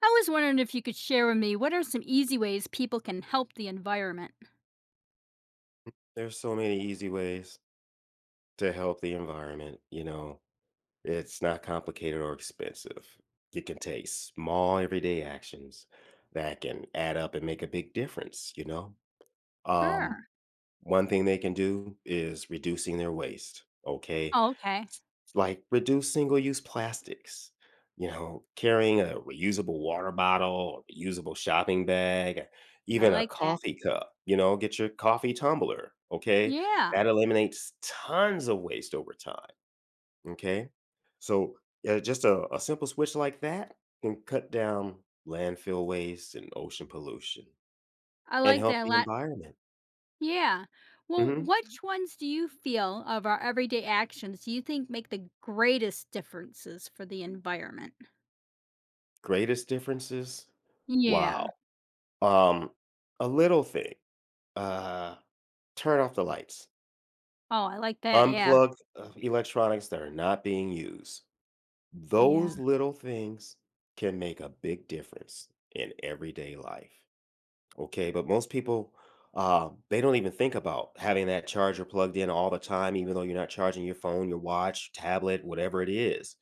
I was wondering if you could share with me what are some easy ways people can help the environment? There's so many easy ways to help the environment, you know. It's not complicated or expensive. You can take small everyday actions that can add up and make a big difference, you know. Um Sure. One thing they can do is reducing their waste, okay? Oh, okay. Like reduce single use plastics, you know, carrying a reusable water bottle, a reusable shopping bag, I even a like that. coffee cup, you know, get your coffee tumbler, okay? Yeah. That eliminates tons of waste over time, okay? So, yeah, just a simple switch like that can cut down landfill waste and ocean pollution I and like help that a the lot. environment. Yeah. Well, Mm-hmm. which ones do you feel of our everyday actions do you think make the greatest differences for the environment? Greatest differences? Yeah. Wow. Um, a little thing. Uh, Turn off the lights. Oh, I like that. Yeah. Unplug electronics that are not being used. Yeah. Those little things can make a big difference in everyday life. Okay, but most people they don't even think about having that charger plugged in all the time, even though you're not charging your phone, your watch, tablet, whatever it is.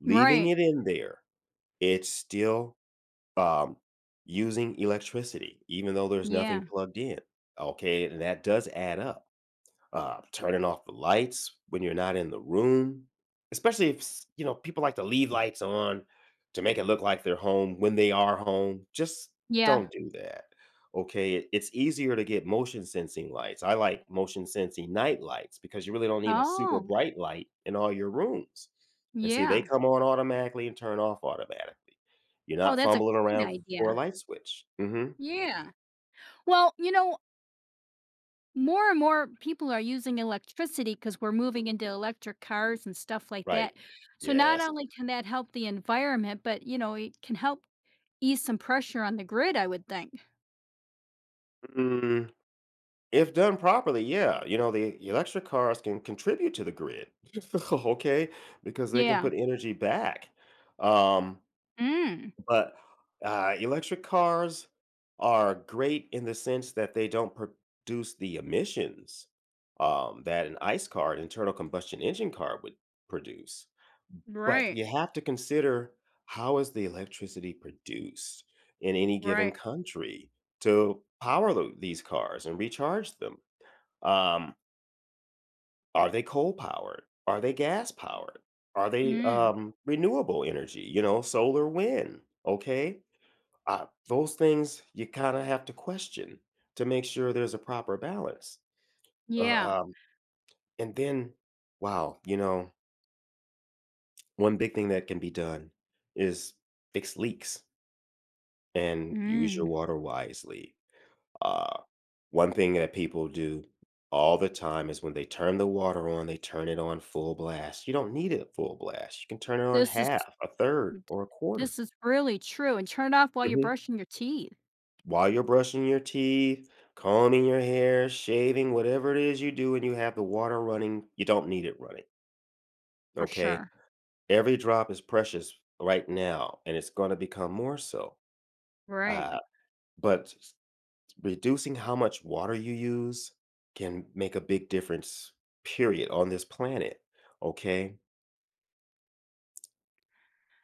Leaving Right. it in there, it's still um, using electricity, even though there's Yeah. nothing plugged in. Okay, and that does add up turning off the lights when you're not in the room, especially if s- you know people like to leave lights on to make it look like they're home when they are home. Just Yeah. don't do that. Okay, it's easier to get motion sensing lights. I like motion sensing night lights because you really don't need a super Oh, bright light in all your rooms. And see, they yeah. come on automatically and turn off automatically. You're Oh, not that's a fumbling great around idea. for a light switch. Hmm Yeah. Well, more and more people are using electricity because we're moving into electric cars and stuff like Right. that. So not Yes. only can that help the environment, but it can help ease some pressure on the grid, I would think. Mhm. If done properly, yeah, you know, the electric cars can contribute to the grid, okay, because they can Yeah. put energy back. Um, Mm. but electric cars are great in the sense that they don't produce the emissions that an ICE car, an internal combustion engine car, would produce. But Right. you have to consider how is the electricity produced in any given Right. country to power these cars and recharge them. Um, are they coal powered? Are they gas powered? Are they, Mm. Renewable energy, you know, solar, wind, okay? Those things you kinda have to question to make sure there's a proper balance. Yeah. Uh, um, and then, wow, you know, one big thing that can be done is fix leaks and use Mm. your water wisely. Uh, One thing that people do all the time is when they turn the water on, they turn it on full blast. You don't need it full blast. You can turn it on This is half, a third, or a quarter. this is really true. And turn it off while you're Mhm. brushing your teeth While you're brushing your teeth, combing your hair, shaving, whatever it is you do, and you have the water running, you don't need it running. for Okay. sure. Every drop is precious right now, and it's going to become more so. Right. Uh, but reducing how much water you use can make a big difference, period, on this planet. Okay.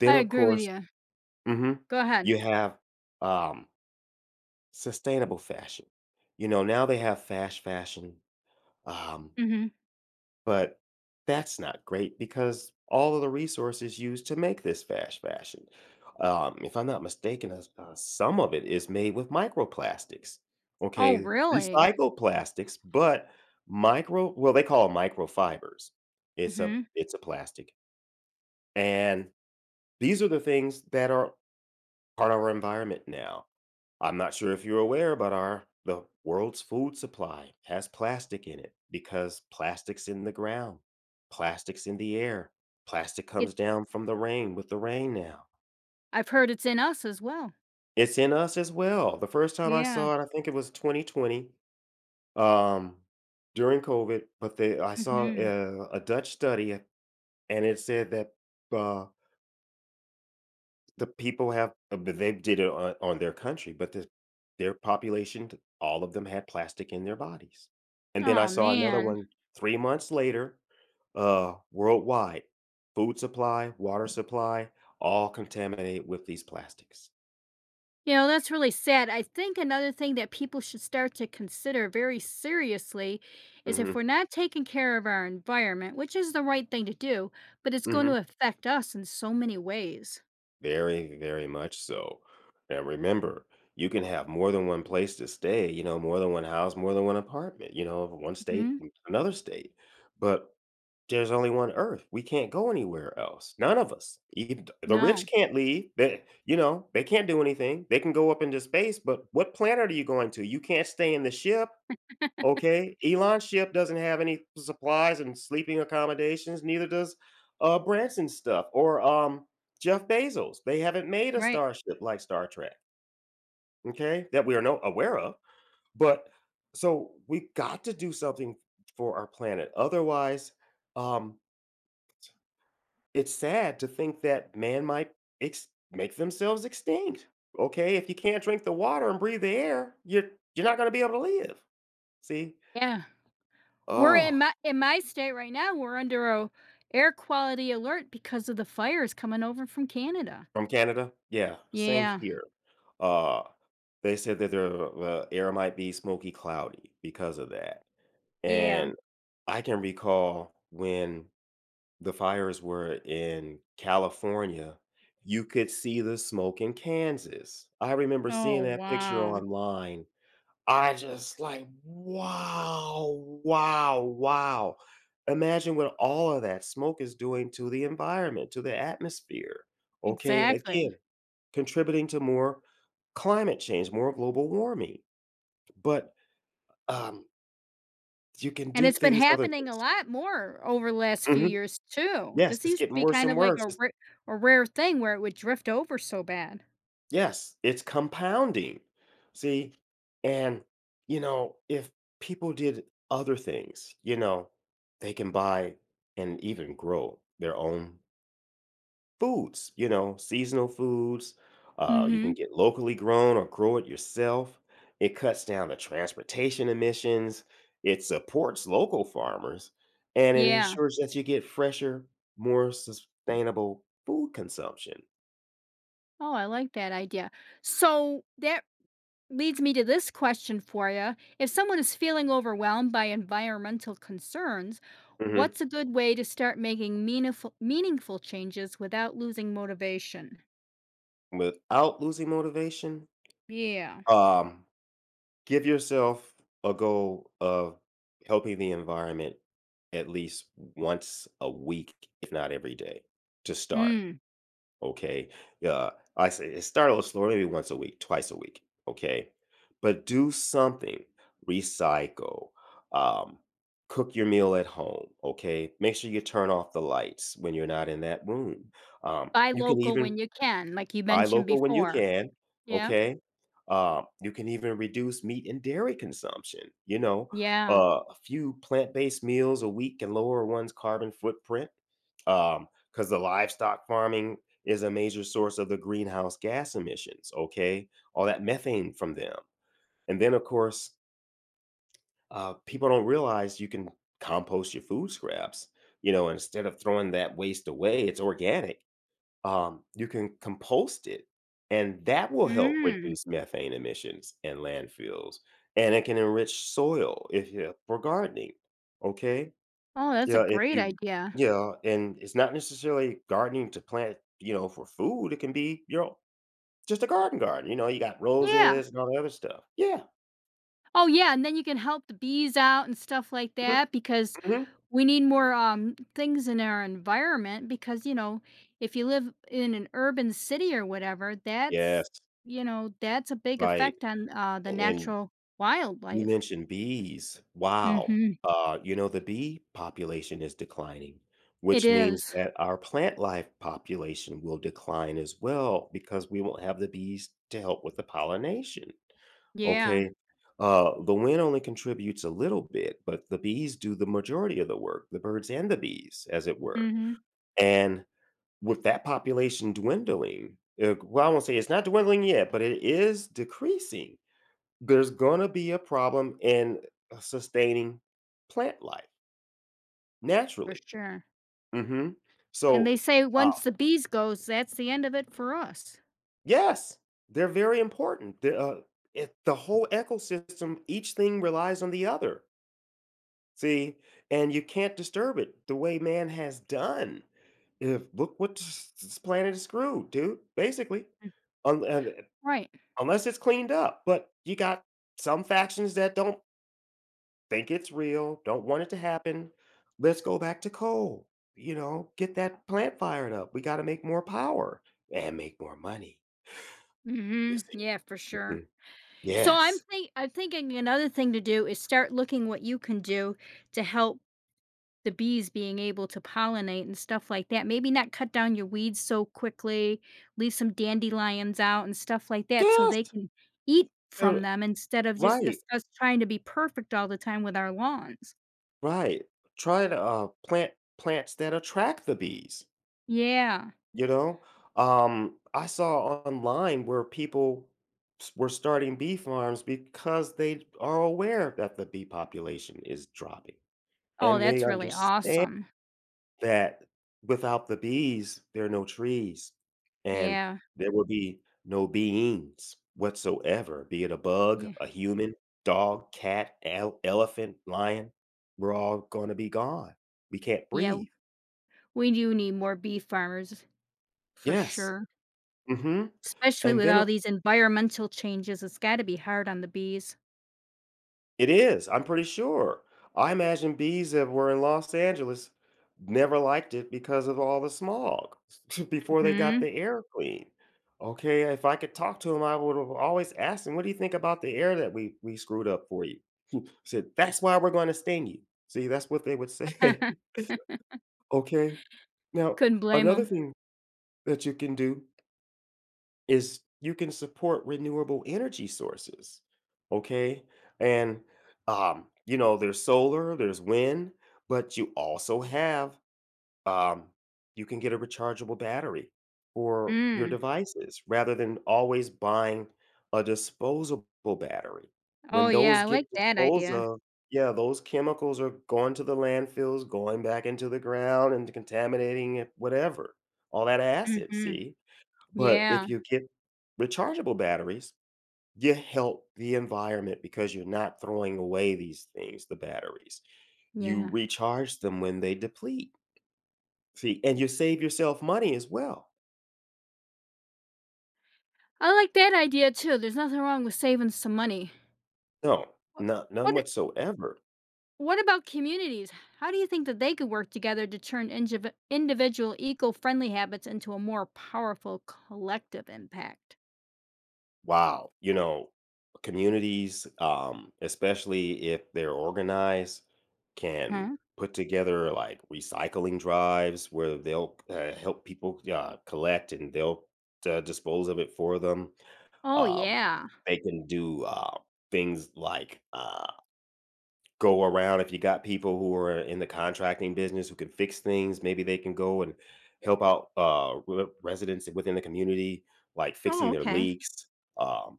Then, I of agree with course, you. mhm, Go ahead. you have um, sustainable fashion. You know, now they have fast fashion. Um, Mhm. But that's not great because all of the resources used to make this fast fashion. If I'm not mistaken, some of it is made with microplastics. Oh, Okay, really? recycled plastics, but they call 'em microfibers. It's a Mhm. it's a plastic. And these are the things that are part of our environment now. I'm not sure if you're aware, but our the world's food supply has plastic in it because plastic's in the ground, plastic's in the air, plastic It comes down from the rain with the rain now. I've heard it's in us as well. It's in us as well. The first time I Yeah. saw it, I think it was 2020 um, during COVID, I saw Mhm. a Dutch study and it said that uh, The people have but they did it on their country, but their population, t all of them had plastic in their bodies, and then I Oh, saw another man. one 3 months later, worldwide, food supply, water supply, all contaminated with these plastics. That's really sad. I think another thing that people should start to consider very seriously is if Mhm, we're not taking care of our environment, which is the right thing to do, but it's going to mhm. affect us in so many ways. Very, very much so, and remember, you can have more than one place to stay, you know, more than one house, more than one apartment, you know, one state, hmm another state, but there's only one Earth. We can't go anywhere else. None of us. Even th the rich No, can't leave. They you know, they can't do anything. They can go up into space, but what planet are you going to? You can't stay in the ship, okay? Elon's ship doesn't have any supplies and sleeping accommodations, neither does, Branson's stuff or, Jeff Bezos. They haven't made a right. starship like Star Trek, okay? That we are no aware of, but so, we've got to do something for our planet. Otherwise, um, it's sad to think that man might ex make themselves extinct, okay? If you can't drink the water and breathe the air, you're not gonna be able to live, see? Yeah. We're in Oh, my state right now, we're under a air quality alert because of the fires coming over from Canada. from Canada? Yeah, same Yeah. here. Uh, they said that the air might be smoky cloudy because of that, Yeah. and I can recall when the fires were in California, you could see the smoke in Kansas. I remember Oh, seeing that picture wow. online I just like, wow, wow, wow. Imagine what all of that smoke is doing to the environment, to the atmosphere. Okay. Exactly. Again, contributing to more climate change, more global warming. But um, you can And do it's been things other happening a things. lot more over the last few Mhm. years too. Yes, This it's used to getting be worse kind and of like worse. a It's rare a rare thing where it would drift over so bad. yes, it's compounding. See, and, you know, if people did other things, you know, they can buy and even grow their own foods, you know, seasonal foods. You can Mhm. get locally grown or grow it yourself. It cuts down the transportation emissions. It supports local farmers and it Yeah. ensures that you get fresher, more sustainable food consumption. Oh, I like that idea. So, that leads me to this question for you. If someone is feeling overwhelmed by environmental concerns, Mhm. what's a good way to start making meaningful changes without losing motivation? Without losing motivation. Yeah. Um, Give yourself a goal of helping the environment at least once a week, if not every day, to start. Mm. Okay. Yeah. I say it start a little slower, maybe once a week, twice a week. Okay. But do something, recycle, um, cook your meal at home. Okay. Make sure you turn off the lights when you're not in that room. Buy You can local even when you can, like you Buy mentioned local when you before. can, Yeah. okay? You can even reduce meat and dairy consumption, you know? Yeah. A few plant-based meals a week can lower one's carbon footprint, because the livestock farming is a major source of the greenhouse gas emissions, okay? All that methane from them, and then, of course, people don't realize you can compost your food scraps, you know, instead of throwing that waste away, it's organic. You can compost it, and that will help Mm. reduce methane emissions in landfills, and it can enrich soil if you for gardening, okay? Oh, that's a Yeah, if great you idea. yeah, and it's not necessarily gardening to plant, you know, for food, it can be your just a garden, you know, you got Yeah. roses and all the other stuff. Yeah. Oh, yeah, and then you can help the bees out and stuff like Mhm, that because mhm. we need more things in our environment because, if you live in an urban city or whatever, that's, Yes, you know, that's a big right, effect on the and natural you wildlife. mentioned bees. Wow. Mhm. You know, the bee population is declining, It which means is. that our plant life population will decline as well because we won't have the bees to help with the pollination. Yeah. Okay. The wind only contributes a little bit, but the bees do the majority of the work, the birds and the bees, as it were. Mhm. And with that population dwindling, well, I won't say it's not dwindling yet, but it is decreasing there's going to be a problem in sustaining plant life For naturally. sure. Hmm And they So, say uh, once the bees goes, that's the end of it for us. yes, they're very important. The whole ecosystem, each thing relies on the other. See, and you can't disturb it the way man has done. If look what this planet is screwed, dude. Basically, un- uh, Right. unless it's cleaned up. But you got some factions that don't think it's real, don't want it to happen. Let's go back to coal, you know, get that plant fired up. We gotta make more power and make more money, you Mhm. see. Yeah, for sure. Mhm. So I'm Yes. think I'm thinking another thing to do is start looking what you can do to help the bees being able to pollinate and stuff like that. Maybe not cut down your weeds so quickly, leave some dandelions out and stuff like that so Yes! they can eat Uh, from them instead of just right, us trying to be perfect all the time with our lawns. right. Try to, plant plants that attract the bees, Yeah. you know? I saw online where people s were starting bee farms because they are aware that the bee population is dropping, Oh, and they that's really understand awesome. that without the bees, there are no trees, and Yeah. there will be no beings whatsoever, be it a bug, Yeah. a human, dog, cat, el elephant, lion, we're all gonna be gone. We can't Yeah. breathe. We do need more bee farmers for Yes. sure. Mhm. Especially And with all then, these environmental changes, it's gotta be hard on the bees. it is, I'm pretty sure. I imagine bees that were in Los Angeles never liked it because of all the smog before they got Mhm. the air clean. Okay, if I could talk to him, I would have always asked him, "What do you think about the air that we screwed up for you?" He said, "That's why we're gonna sting you." See, that's what they would say. Okay. Now, Couldn't blame another them. thing that you can do is you can support renewable energy sources, okay? And you know, there's solar, there's wind, but you also have um, you can get a rechargeable battery for your Mm. devices rather than always buying a disposable battery. Oh, When yeah, those I like get that disposed idea. of, yeah, those chemicals are going to the landfills, going back into the ground and contaminating it, whatever. All that acid, Mhm. see? But Yeah, if you get rechargeable batteries, you help the environment because you're not throwing away these things, the batteries. You yeah. recharge them when they deplete. See, and you save yourself money as well. I like that idea too, there's nothing wrong with saving some money. No, Wha not, what none whatsoever. what about communities? How do you think that they could work together to turn individual eco-friendly habits into a more powerful collective impact? Wow. You know, communities, especially if they're organized, can Mhm. put together like recycling drives where they'll help people collect and they'll dispose of it for them. Oh, Um, yeah. they can do, things like, uh, go around if you got people who are in the contracting business who can fix things, maybe they can go and help out, re residents within the community, like Oh, fixing their okay. leaks, um,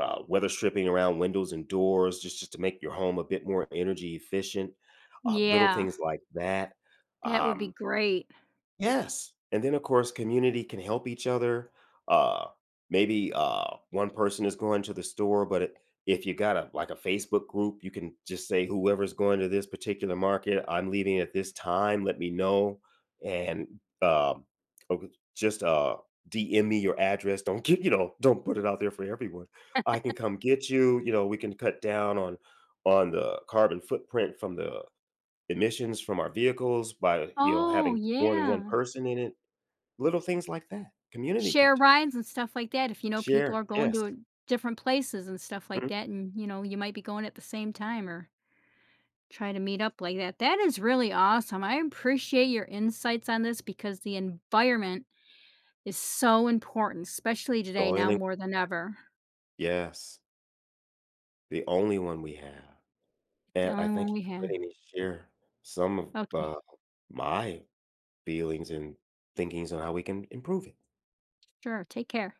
weather stripping around windows and doors just to make your home a bit more energy efficient, little Yeah, things like that. that would be Um great. Yes. And then, of course, community can help each other. Uh, maybe One person is going to the store, if you got a like a Facebook group, you can just say whoever's going to this particular market, I'm leaving at this time. Let me know, and okay, just DM me your address. Don't get You know, don't put it out there for everyone. I can come get you. You know, we can cut down on the carbon footprint from the emissions from our vehicles by, you know, Oh, having more than one yeah. person in it. Little things like that, community can Share do. rides and stuff like that if you know people Share, are going yes. to different places and stuff like Mhm. that, and, you might be going at the same time or try to meet up like that. That is really awesome. I appreciate your insights on this because the environment is so important, especially It's the today now only more than ever. Yes, the only one we have, It's the and I only one thank you we for have. letting me share some of, Okay, my feelings and thinkings on how we can improve it. sure. Take care.